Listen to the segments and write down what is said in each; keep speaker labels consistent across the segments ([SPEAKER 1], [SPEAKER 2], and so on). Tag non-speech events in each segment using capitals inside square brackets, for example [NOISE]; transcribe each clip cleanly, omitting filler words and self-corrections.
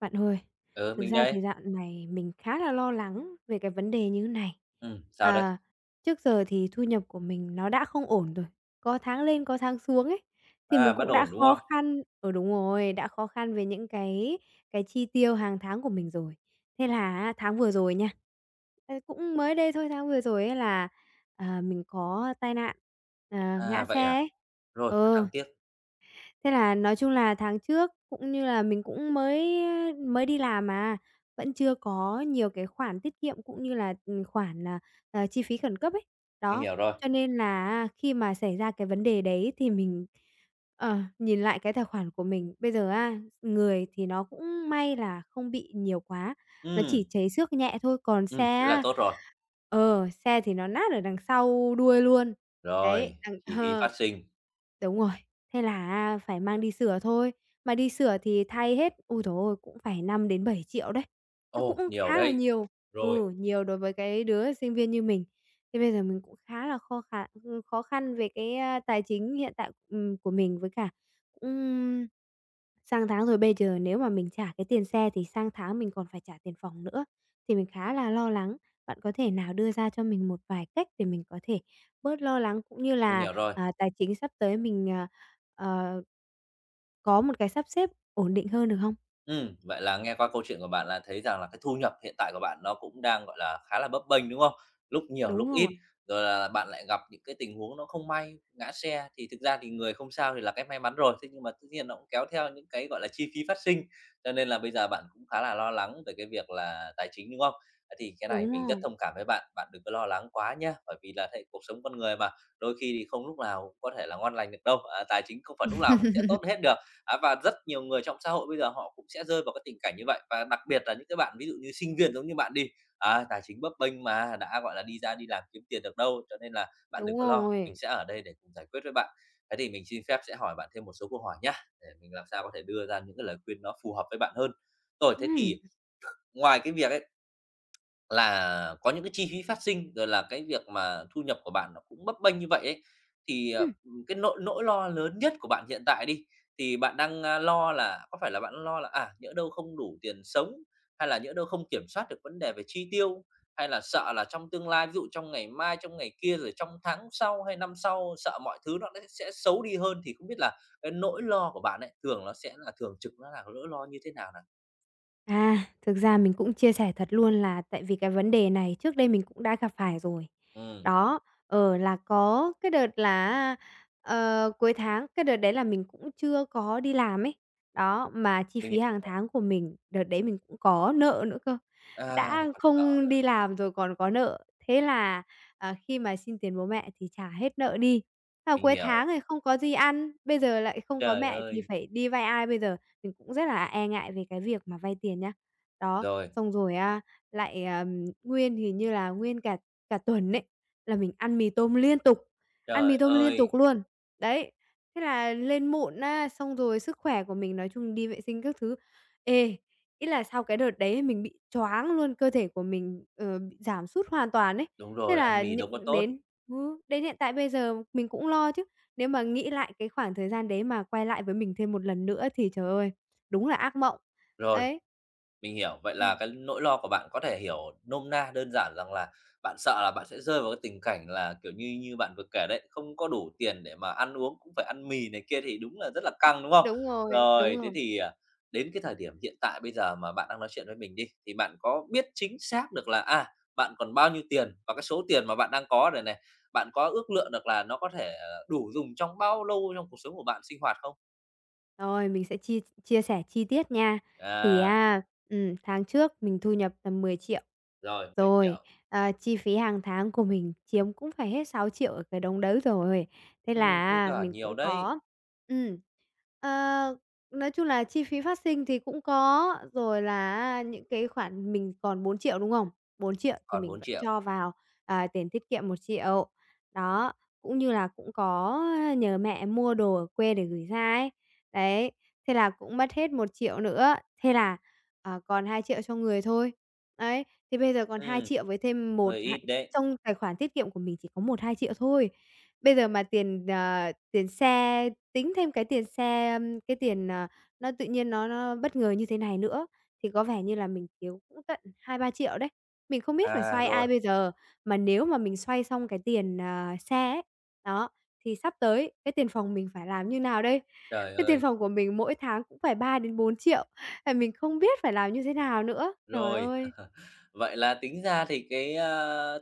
[SPEAKER 1] Bạn ơi,
[SPEAKER 2] Ừ,
[SPEAKER 1] thực
[SPEAKER 2] mình
[SPEAKER 1] ra thì
[SPEAKER 2] đây.
[SPEAKER 1] dạo này mình khá là lo lắng về cái vấn đề như thế này.
[SPEAKER 2] Sao đấy?
[SPEAKER 1] À, Trước giờ thì thu nhập của mình nó đã không ổn rồi, có tháng lên có tháng xuống ấy, thì
[SPEAKER 2] À,
[SPEAKER 1] mình
[SPEAKER 2] bất
[SPEAKER 1] cũng đã
[SPEAKER 2] ổn, đúng
[SPEAKER 1] khó
[SPEAKER 2] không?
[SPEAKER 1] khăn ở đúng rồi, đã khó khăn về những cái chi tiêu hàng tháng của mình rồi. Thế là á, tháng vừa rồi nha, cũng mới đây thôi, tháng vừa rồi ấy là, mình có tai nạn, ngã
[SPEAKER 2] À, vậy
[SPEAKER 1] xe
[SPEAKER 2] à?
[SPEAKER 1] ấy.
[SPEAKER 2] Rồi, rất
[SPEAKER 1] Ờ,
[SPEAKER 2] đáng tiếc,
[SPEAKER 1] Thế là nói chung là tháng trước cũng như là mình cũng mới đi làm mà, vẫn chưa có nhiều cái khoản tiết kiệm cũng như là, chi phí khẩn cấp ấy.
[SPEAKER 2] mình
[SPEAKER 1] Đó,
[SPEAKER 2] hiểu rồi.
[SPEAKER 1] cho nên là khi mà xảy ra cái vấn đề đấy thì mình, nhìn lại cái tài khoản của mình, bây giờ á, người thì nó cũng may là không bị nhiều quá, nó chỉ
[SPEAKER 2] Ừm,
[SPEAKER 1] cháy xước nhẹ thôi, còn xe
[SPEAKER 2] thế là
[SPEAKER 1] á,
[SPEAKER 2] tốt rồi.
[SPEAKER 1] xe thì nó nát ở đằng sau đuôi luôn. Đấy,
[SPEAKER 2] Rồi,
[SPEAKER 1] đằng [LAUGHS]
[SPEAKER 2] chi phí phát sinh,
[SPEAKER 1] Đúng rồi, thế là phải mang đi sửa thôi, mà đi sửa thì thay hết, ui trời ơi, cũng phải 5 đến 7 triệu đấy, nó cũng
[SPEAKER 2] ồ, nhiều
[SPEAKER 1] khá là
[SPEAKER 2] đấy.
[SPEAKER 1] nhiều.
[SPEAKER 2] Rồi,
[SPEAKER 1] Ừ, nhiều đối với cái đứa sinh viên như mình. Thế bây giờ mình cũng khá là khó khăn, khó khăn về cái, tài chính hiện tại, của mình với cả cũng sang tháng rồi, bây giờ nếu mà mình trả cái tiền xe thì sang tháng mình còn phải trả tiền phòng nữa, thì mình khá là lo lắng. Bạn có thể nào đưa ra cho mình một vài cách để mình có thể bớt lo lắng cũng như
[SPEAKER 2] mình
[SPEAKER 1] là
[SPEAKER 2] hiểu rồi.
[SPEAKER 1] Tài chính sắp tới mình, ờ, có một cái sắp xếp ổn định hơn được không?
[SPEAKER 2] Vậy là nghe qua câu chuyện của bạn là thấy rằng là cái thu nhập hiện tại của bạn nó cũng đang, gọi là, khá là bấp bênh, đúng không? Lúc nhiều
[SPEAKER 1] Đúng
[SPEAKER 2] lúc
[SPEAKER 1] rồi,
[SPEAKER 2] ít, rồi là bạn lại gặp những cái tình huống nó không may, ngã xe, thì thực ra thì người không sao thì là cái may mắn rồi, thế nhưng mà tất nhiên nó cũng kéo theo những cái, gọi là, chi phí phát sinh, cho nên là bây giờ bạn cũng khá là lo lắng về cái việc là tài chính, đúng không? Thế thì cái này
[SPEAKER 1] đúng
[SPEAKER 2] mình rất
[SPEAKER 1] rồi,
[SPEAKER 2] thông cảm với bạn, bạn đừng có lo lắng quá nhá, bởi vì là thế cuộc sống con người mà, đôi khi thì không lúc nào cũng có thể là ngon lành được đâu, à, tài chính không phải lúc nào cũng sẽ tốt hết được. Á, và rất nhiều người trong xã hội bây giờ họ cũng sẽ rơi vào cái tình cảnh như vậy, và đặc biệt là những cái bạn ví dụ như sinh viên giống như bạn đi, à, tài chính bấp bênh mà, đã, gọi là, đi ra đi làm kiếm tiền được đâu, cho nên là bạn đừng
[SPEAKER 1] đúng
[SPEAKER 2] có lo, mình
[SPEAKER 1] rồi.
[SPEAKER 2] sẽ ở đây để cùng giải quyết với bạn. Thế thì mình xin phép sẽ hỏi bạn thêm một số câu hỏi nhá, để mình làm sao có thể đưa ra những cái lời khuyên nó phù hợp với bạn hơn. Rồi, thế
[SPEAKER 1] Ừm,
[SPEAKER 2] thì ngoài cái việc ấy, là có những cái chi phí phát sinh, rồi là cái việc mà thu nhập của bạn nó cũng bấp bênh như vậy ấy, thì,
[SPEAKER 1] ừm.
[SPEAKER 2] cái nỗi nỗi lo lớn nhất của bạn hiện tại đi, thì bạn đang, lo là có phải là bạn lo là, nhỡ đâu không đủ tiền sống, hay là nhỡ đâu không kiểm soát được vấn đề về chi tiêu, hay là sợ là trong tương lai, ví dụ trong ngày mai, trong ngày kia, rồi trong tháng sau hay năm sau sợ mọi thứ nó sẽ xấu đi hơn, thì không biết là cái nỗi lo của bạn ấy, thường nó sẽ là thường trực nó là nỗi lo như thế nào nào?
[SPEAKER 1] À, Thực ra mình cũng chia sẻ thật luôn là tại vì cái vấn đề này trước đây mình cũng đã gặp phải rồi.
[SPEAKER 2] Ừ,
[SPEAKER 1] Đó, là có cái đợt là cuối tháng, cái đợt đấy là mình cũng chưa có đi làm ấy. Đó, mà chi
[SPEAKER 2] mình
[SPEAKER 1] phí
[SPEAKER 2] hiểu.
[SPEAKER 1] hàng tháng của mình đợt đấy mình cũng có nợ nữa cơ.
[SPEAKER 2] À,
[SPEAKER 1] Đã
[SPEAKER 2] còn nợ
[SPEAKER 1] không đi
[SPEAKER 2] nữa,
[SPEAKER 1] làm rồi còn có nợ, thế là, khi mà xin tiền bố mẹ thì trả hết nợ đi. Là
[SPEAKER 2] mình
[SPEAKER 1] cuối
[SPEAKER 2] hiểu.
[SPEAKER 1] tháng thì không có gì ăn, bây giờ lại không có
[SPEAKER 2] Trời
[SPEAKER 1] mẹ thì
[SPEAKER 2] ơi!
[SPEAKER 1] phải đi vay ai bây giờ? Mình cũng rất là e ngại về cái việc mà vay tiền nhá. Đó,
[SPEAKER 2] Rồi,
[SPEAKER 1] xong rồi á lại, hình như là nguyên cả cả tuần ấy, là mình ăn mì tôm liên tục, ăn mì
[SPEAKER 2] trời
[SPEAKER 1] tôm liên
[SPEAKER 2] ơi!
[SPEAKER 1] tục luôn. Đấy, thế là lên mụn á, xong rồi sức khỏe của mình nói chung đi vệ sinh các thứ. Ê, ý là sau cái đợt đấy mình bị choáng luôn, cơ thể của mình, bị giảm sút hoàn toàn ấy.
[SPEAKER 2] Đúng
[SPEAKER 1] Thế
[SPEAKER 2] rồi, ăn
[SPEAKER 1] là
[SPEAKER 2] mì đâu có tốt.
[SPEAKER 1] đến hiện tại bây giờ mình cũng lo chứ, nếu mà nghĩ lại cái khoảng thời gian đấy mà quay lại với mình thêm một lần nữa thì trời ơi, đúng là ác mộng,
[SPEAKER 2] Rồi,
[SPEAKER 1] ấy.
[SPEAKER 2] mình hiểu, vậy là
[SPEAKER 1] Ừm,
[SPEAKER 2] cái nỗi lo của bạn có thể hiểu nôm na đơn giản rằng là bạn sợ là bạn sẽ rơi vào cái tình cảnh là, kiểu như, như bạn vừa kể đấy, không có đủ tiền để mà ăn uống, cũng phải ăn mì này kia thì đúng là rất là căng, đúng không?
[SPEAKER 1] đúng rồi,
[SPEAKER 2] Rồi,
[SPEAKER 1] đúng
[SPEAKER 2] thế
[SPEAKER 1] rồi.
[SPEAKER 2] thì, đến cái thời điểm hiện tại bây giờ mà bạn đang nói chuyện với mình đi, thì bạn có biết chính xác được là, bạn còn bao nhiêu tiền và cái số tiền mà bạn đang có này này, bạn có ước lượng được là nó có thể, đủ dùng trong bao lâu trong cuộc sống của bạn sinh hoạt không?
[SPEAKER 1] Rồi, mình sẽ chia chia sẻ chi tiết nha. Thì
[SPEAKER 2] À,
[SPEAKER 1] á, tháng trước mình thu nhập tầm 10 triệu.
[SPEAKER 2] rồi, 10 triệu
[SPEAKER 1] Rồi,
[SPEAKER 2] 000
[SPEAKER 1] chi phí hàng tháng của mình chiếm cũng phải hết 6 triệu ở cái đống đấy rồi. Thế
[SPEAKER 2] thế
[SPEAKER 1] là
[SPEAKER 2] cả
[SPEAKER 1] mình cũng
[SPEAKER 2] nhiều đấy,
[SPEAKER 1] có ừm, ờ, nói chung là chi phí phát sinh thì cũng có, rồi là những cái khoản mình còn 4 triệu đúng không? 4.000.000 thì
[SPEAKER 2] còn
[SPEAKER 1] mình
[SPEAKER 2] bốn
[SPEAKER 1] vẫn
[SPEAKER 2] triệu
[SPEAKER 1] cho vào, tiền tiết kiệm 1 triệu. Đó, cũng như là cũng có nhờ mẹ mua đồ ở quê để gửi ra ấy. Đấy, thế là cũng mất hết 1 triệu nữa. Thế là còn 2.000.000 cho người thôi. Đấy, thì bây giờ còn hai
[SPEAKER 2] Ừm,
[SPEAKER 1] triệu với thêm một
[SPEAKER 2] hơi
[SPEAKER 1] hai
[SPEAKER 2] ít đấy.
[SPEAKER 1] trong tài khoản tiết kiệm của mình chỉ có 1-2 triệu thôi. Bây giờ mà tiền xe, tính thêm cái tiền xe, nó tự nhiên nó bất ngờ như thế này nữa, thì có vẻ như là mình thiếu cũng tận 2-3 triệu đấy. Mình không biết phải
[SPEAKER 2] À,
[SPEAKER 1] xoay
[SPEAKER 2] rồi,
[SPEAKER 1] ai bây giờ, mà nếu mà mình xoay xong cái tiền, xe ấy, đó, thì sắp tới cái tiền phòng mình phải làm như nào đây?
[SPEAKER 2] trời
[SPEAKER 1] Cái tiền
[SPEAKER 2] ơi,
[SPEAKER 1] phòng của mình mỗi tháng cũng phải 3 đến 4 triệu. Tại mình không biết phải làm như thế nào nữa. Trời
[SPEAKER 2] rồi.
[SPEAKER 1] ơi!
[SPEAKER 2] Vậy là tính ra thì cái,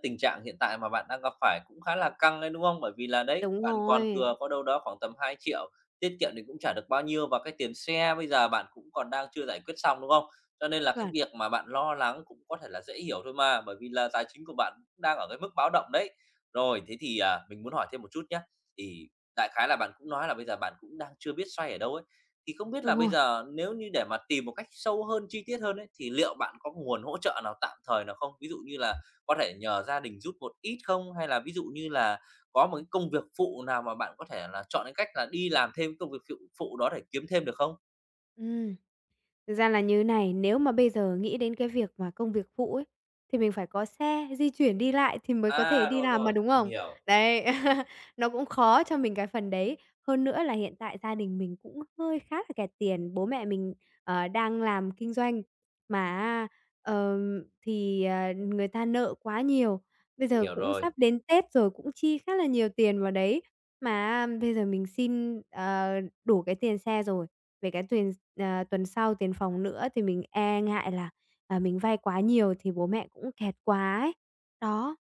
[SPEAKER 2] tình trạng hiện tại mà bạn đang gặp phải cũng khá là căng đấy, đúng không? Bởi vì là đấy,
[SPEAKER 1] Đúng
[SPEAKER 2] bạn còn
[SPEAKER 1] rồi,
[SPEAKER 2] thừa có đâu đó khoảng tầm 2 triệu tiết kiệm thì cũng chả được bao nhiêu và cái tiền xe bây giờ bạn cũng còn đang chưa giải quyết xong, đúng không? Cho nên là cái
[SPEAKER 1] chuẩn,
[SPEAKER 2] việc mà bạn lo lắng cũng có thể là dễ hiểu thôi mà, bởi vì là tài chính của bạn cũng đang ở cái mức báo động đấy. Rồi, thế thì, mình muốn hỏi thêm một chút nhé. Thì đại khái là bạn cũng nói là bây giờ bạn cũng đang chưa biết xoay ở đâu ấy. Thì không biết là
[SPEAKER 1] đúng
[SPEAKER 2] bây
[SPEAKER 1] rồi,
[SPEAKER 2] giờ nếu như để mà tìm một cách sâu hơn, chi tiết hơn ấy, thì liệu bạn có nguồn hỗ trợ nào tạm thời nào không? Ví dụ như là có thể nhờ gia đình giúp một ít không? Hay là ví dụ như là có một cái công việc phụ nào mà bạn có thể là chọn cái cách là đi làm thêm công việc phụ phụ đó để kiếm thêm được không?
[SPEAKER 1] ừ. Thực ra là như này, nếu mà bây giờ nghĩ đến cái việc mà công việc phụ ấy, thì mình phải có xe di chuyển đi lại thì mới có thể
[SPEAKER 2] À,
[SPEAKER 1] đi
[SPEAKER 2] rồi,
[SPEAKER 1] làm mà,
[SPEAKER 2] rồi,
[SPEAKER 1] đúng không? Đấy, [LAUGHS] nó cũng khó cho mình cái phần đấy. Hơn nữa là hiện tại gia đình mình cũng hơi khá là kẹt tiền, bố mẹ mình, đang làm kinh doanh mà thì, người ta nợ quá nhiều. Bây
[SPEAKER 2] mình
[SPEAKER 1] giờ
[SPEAKER 2] hiểu
[SPEAKER 1] cũng
[SPEAKER 2] rồi.
[SPEAKER 1] sắp đến Tết rồi, cũng chi khá là nhiều tiền vào đấy, mà bây giờ mình xin, đủ cái tiền xe rồi, về cái tiền tuần sau tiền phòng nữa thì mình e ngại là, mình vay quá nhiều thì bố mẹ cũng kẹt quá ấy. Đó,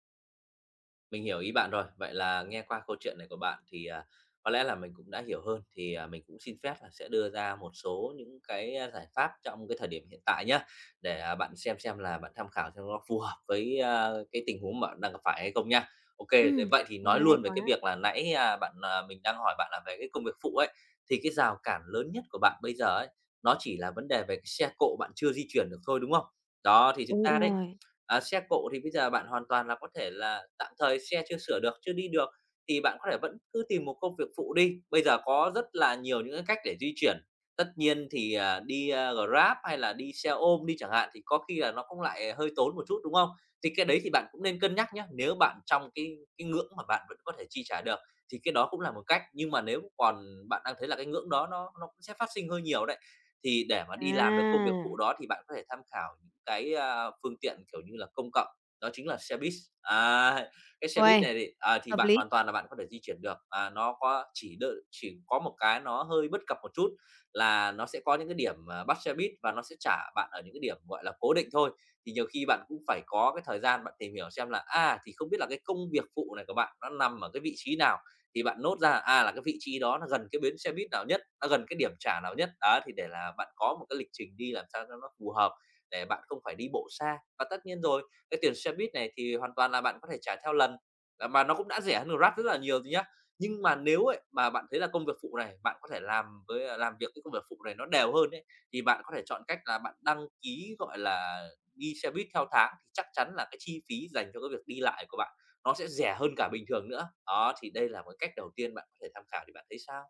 [SPEAKER 2] Mình hiểu ý bạn rồi. Vậy là nghe qua câu chuyện này của bạn thì, có lẽ là mình cũng đã hiểu hơn, thì, mình cũng xin phép là sẽ đưa ra một số những cái, giải pháp trong cái thời điểm hiện tại nhé, để, bạn xem là bạn tham khảo xem nó phù hợp với, cái tình huống mà bạn đang gặp phải hay không nha. Ok, thế
[SPEAKER 1] ừm,
[SPEAKER 2] vậy thì
[SPEAKER 1] hay
[SPEAKER 2] nói
[SPEAKER 1] hay
[SPEAKER 2] luôn về
[SPEAKER 1] quá.
[SPEAKER 2] cái việc là nãy, bạn, mình đang hỏi bạn là về cái công việc phụ ấy, thì cái rào cản lớn nhất của bạn bây giờ ấy, nó chỉ là vấn đề về cái xe cộ bạn chưa di chuyển được thôi, đúng không? Đó, thì thực
[SPEAKER 1] Đúng
[SPEAKER 2] ra đấy,
[SPEAKER 1] rồi.
[SPEAKER 2] Xe cộ thì bây giờ bạn hoàn toàn là có thể là tạm thời xe chưa sửa được, chưa đi được thì bạn có thể vẫn cứ tìm một công việc phụ đi. Bây giờ có rất là nhiều những cái cách để di chuyển. Tất nhiên thì, đi, Grab hay là đi xe ôm đi chẳng hạn thì có khi là nó cũng lại hơi tốn một chút, đúng không? Thì cái đấy thì bạn cũng nên cân nhắc nhé. Nếu bạn trong cái ngưỡng mà bạn vẫn có thể chi trả được thì cái đó cũng là một cách. Nhưng mà nếu còn bạn đang thấy là cái ngưỡng đó nó cũng sẽ phát sinh hơi nhiều đấy, thì để mà đi làm được công việc
[SPEAKER 1] À,
[SPEAKER 2] phụ đó thì bạn có thể tham khảo cái, phương tiện, kiểu như là, công cộng, đó chính là xe buýt. À, cái xe buýt
[SPEAKER 1] uầy,
[SPEAKER 2] này thì thì
[SPEAKER 1] hợp
[SPEAKER 2] bạn
[SPEAKER 1] lý.
[SPEAKER 2] hoàn toàn là bạn có thể di chuyển được, nó có chỉ đ chỉ có một cái nó hơi bất cập một chút là nó sẽ có những cái điểm, bắt xe buýt và nó sẽ trả bạn ở những cái điểm, gọi là, cố định thôi. Thì nhiều khi bạn cũng phải có cái thời gian bạn tìm hiểu xem là, thì không biết là cái công việc phụ này của bạn nó nằm ở cái vị trí nào, thì bạn nốt ra, là cái vị trí đó nó gần cái bến xe buýt nào nhất, nó gần cái điểm trả nào nhất. Đó, thì để là bạn có một cái lịch trình đi làm sao cho nó phù hợp để bạn không phải đi bộ xa. Và tất nhiên rồi, cái tiền xe buýt này thì hoàn toàn là bạn có thể trả theo lần, mà nó cũng đã rẻ hơn Grab rất là nhiều rồi nhá. Nhưng mà nếu ấy, mà bạn thấy là công việc phụ này, bạn có thể làm với, à, làm việc cái công việc phụ này nó đều hơn ấy, thì bạn có thể chọn cách là bạn đăng ký, gọi là, đi xe buýt theo tháng thì chắc chắn là cái chi phí dành cho cái việc đi lại của bạn nó sẽ rẻ hơn cả bình thường nữa. Đó, thì đây là một cái cách đầu tiên bạn có thể tham khảo thì bạn thấy sao?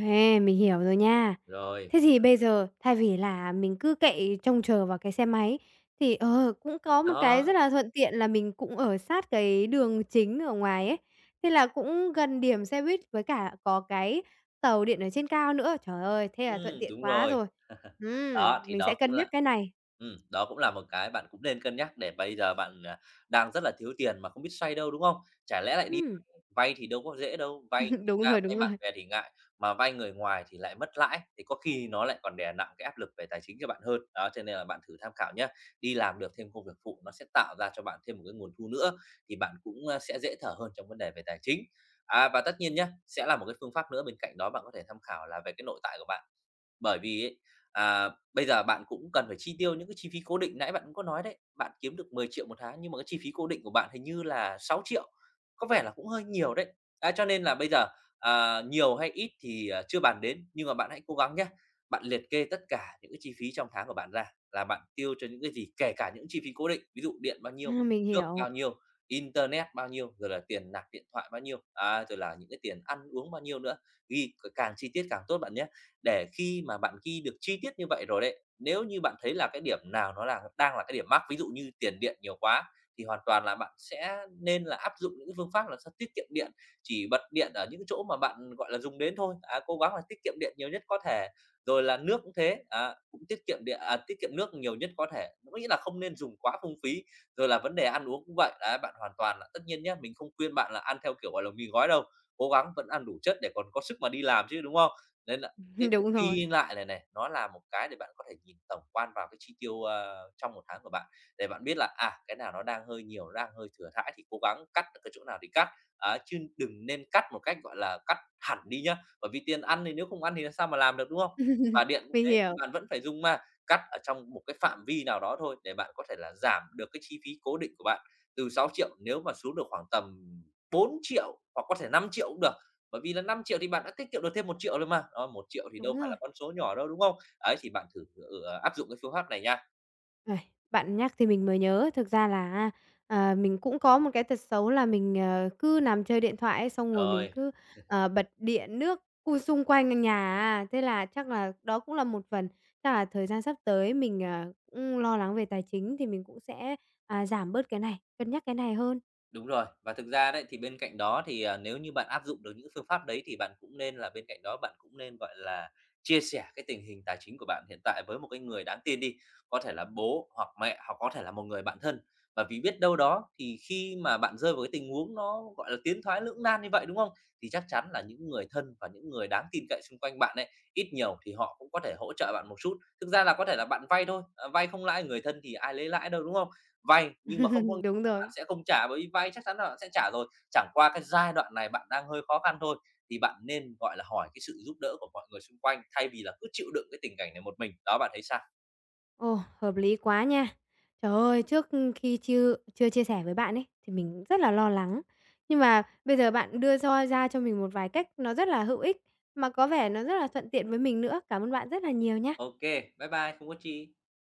[SPEAKER 1] Ê, mình hiểu rồi nha.
[SPEAKER 2] Rồi,
[SPEAKER 1] Thế thì bây giờ thay vì là mình cứ cậy trông chờ vào cái xe máy thì, cũng có một cái rất
[SPEAKER 2] đó,
[SPEAKER 1] là thuận tiện là mình cũng ở sát cái đường chính ở ngoài ấy, thế là cũng gần điểm xe buýt với cả có cái tàu điện ở trên cao nữa. Trời ơi, thế là thuận tiện
[SPEAKER 2] đúng
[SPEAKER 1] quá
[SPEAKER 2] rồi.
[SPEAKER 1] rồi.
[SPEAKER 2] Đó, thì
[SPEAKER 1] Mình sẽ cân nhắc cái này.
[SPEAKER 2] đó cũng là một cái bạn cũng nên cân nhắc để bây giờ bạn, đang rất là thiếu tiền mà không biết xoay đâu, đúng không? Chả lẽ lại đi
[SPEAKER 1] Ừm,
[SPEAKER 2] vay, vay thì đâu có dễ đâu, vay thì
[SPEAKER 1] [LAUGHS]
[SPEAKER 2] thực
[SPEAKER 1] đúng
[SPEAKER 2] ra
[SPEAKER 1] rồi,
[SPEAKER 2] vay
[SPEAKER 1] đúng
[SPEAKER 2] bạn
[SPEAKER 1] rồi.
[SPEAKER 2] bè thì ngại, mà vay người ngoài thì lại mất lãi, thì có khi nó lại còn đè nặng cái áp lực về tài chính cho bạn hơn. Đó, cho nên là bạn thử tham khảo nhá, đi làm được thêm công việc phụ nó sẽ tạo ra cho bạn thêm một cái nguồn thu nữa, thì bạn cũng, sẽ dễ thở hơn trong vấn đề về tài chính. À, và tất nhiên nhá, sẽ là một cái phương pháp nữa bên cạnh đó bạn có thể tham khảo là về cái nội tại của bạn. Bởi vì ấy, à, bây giờ bạn cũng cần phải chi tiêu những cái chi phí cố định, nãy bạn cũng có nói đấy, bạn kiếm được 10 triệu một tháng nhưng mà cái chi phí cố định của bạn hình như là 6 triệu có vẻ là cũng hơi nhiều đấy. Đấy, cho nên là bây giờ, à, nhiều hay ít thì, à, chưa bàn đến, nhưng mà bạn hãy cố gắng nhé, bạn liệt kê tất cả những cái chi phí trong tháng của bạn ra, là bạn tiêu cho những cái gì, kể cả những chi phí cố định, ví dụ điện bao nhiêu,
[SPEAKER 1] Mình
[SPEAKER 2] nước
[SPEAKER 1] hiểu.
[SPEAKER 2] bao nhiêu, internet bao nhiêu, rồi là tiền nạp điện thoại bao nhiêu, à, rồi là những cái tiền ăn uống bao nhiêu nữa, ghi càng chi tiết càng tốt bạn nhé, để khi mà bạn ghi được chi tiết như vậy rồi đấy, nếu như bạn thấy là cái điểm nào nó là đang là cái điểm mắc, ví dụ như tiền điện nhiều quá, thì hoàn toàn là bạn sẽ nên là áp dụng những cái phương pháp là sao tiết kiệm điện, chỉ bật điện ở những chỗ mà bạn, gọi là, dùng đến thôi, á, cố gắng là tiết kiệm điện nhiều nhất có thể. Rồi là nước cũng thế, á, cũng tiết kiệm điện à, tiết kiệm nước nhiều nhất có thể, có nghĩa là không nên dùng quá phung phí. Rồi là vấn đề ăn uống cũng vậy, đấy, bạn hoàn toàn là tất nhiên nhé, mình không khuyên bạn là ăn theo kiểu, gọi là, mì gói đâu, cố gắng vẫn ăn đủ chất để còn có sức mà đi làm chứ, đúng không? Nên cái
[SPEAKER 1] [LAUGHS]
[SPEAKER 2] việc
[SPEAKER 1] Đúng rồi.
[SPEAKER 2] ghi lại này này, nó là một cái để bạn có thể nhìn tổng quan vào cái chi tiêu, ờ, trong một tháng của bạn, để bạn biết là, à, cái nào nó đang hơi nhiều, nó đang hơi thừa thãi thì cố gắng cắt được cái chỗ nào thì cắt, á, chứ đừng nên cắt một cách, gọi là, cắt hẳn đi nhá. Bởi vì tiền ăn thì nếu không ăn thì làm sao mà làm được, đúng không?
[SPEAKER 1] [LAUGHS]
[SPEAKER 2] Và điện cũng
[SPEAKER 1] Mình
[SPEAKER 2] thế,
[SPEAKER 1] hiểu,
[SPEAKER 2] bạn vẫn phải dùng mà, cắt ở trong một cái phạm vi nào đó thôi để bạn có thể là giảm được cái chi phí cố định của bạn từ 6 triệu nếu mà xuống được khoảng tầm 4 triệu hoặc có thể 5 triệu cũng được. Bởi vì là 5 triệu thì bạn đã tiết kiệm được thêm một triệu 000 rồi mà. Đó, 1.000.000 thì
[SPEAKER 1] đúng
[SPEAKER 2] đâu phải
[SPEAKER 1] rồi.
[SPEAKER 2] là con số nhỏ đâu, đúng không? Ấy, thì bạn thử, ờ, áp dụng cái phương pháp này nha.
[SPEAKER 1] Uầy, bạn nhắc thì mình mới nhớ, thực ra là á, mình cũng có một cái tật xấu là mình, cứ nằm chơi điện thoại ấy, xong rồi mình
[SPEAKER 2] Rồi.
[SPEAKER 1] cứ, bật điện nước cu xung quanh nhà á. Thế là chắc là đó cũng là một phần, chắc là thời gian sắp tới mình, cũng lo lắng về tài chính thì mình cũng sẽ, giảm bớt cái này, cân nhắc cái này hơn.
[SPEAKER 2] Đúng rồi, và thực ra đấy thì bên cạnh đó thì, à, nếu như bạn áp dụng được những phương pháp đấy thì bạn cũng nên là bên cạnh đó bạn cũng nên, gọi là, chia sẻ cái tình hình tài chính của bạn hiện tại với một cái người đáng tin đi, có thể là bố hoặc mẹ hoặc có thể là một người bạn thân. Và vì biết đâu đó thì khi mà bạn rơi vào cái tình huống nó, gọi là, tiến thoái lưỡng nan như vậy, đúng không? Thì chắc chắn là những người thân và những người đáng tin cậy xung quanh bạn ấy, ít nhiều thì họ cũng có thể hỗ trợ bạn một chút. Thực ra là có thể là bạn vay thôi, à, vay không lãi người thân thì ai lấy lãi đâu, đúng không? Vay nhưng mà không có
[SPEAKER 1] [LAUGHS] Đúng
[SPEAKER 2] bạn
[SPEAKER 1] rồi.
[SPEAKER 2] sẽ không trả, bởi vì vay chắc chắn là bạn sẽ trả rồi. Chẳng qua cái giai đoạn này bạn đang hơi khó khăn thôi, thì bạn nên, gọi là, hỏi cái sự giúp đỡ của mọi người xung quanh thay vì là cứ chịu đựng cái tình cảnh này một mình. Đó, bạn thấy sao?
[SPEAKER 1] Ồ, hợp lý quá nha. Trời ơi, trước khi chưa chưa chia sẻ với bạn ấy thì mình rất là lo lắng. Nhưng mà bây giờ bạn đưa cho ra cho mình một vài cách nó rất là hữu ích mà có vẻ nó rất là thuận tiện với mình nữa. Cảm ơn bạn rất là nhiều nha.
[SPEAKER 2] Ok, bye bye, không có chi.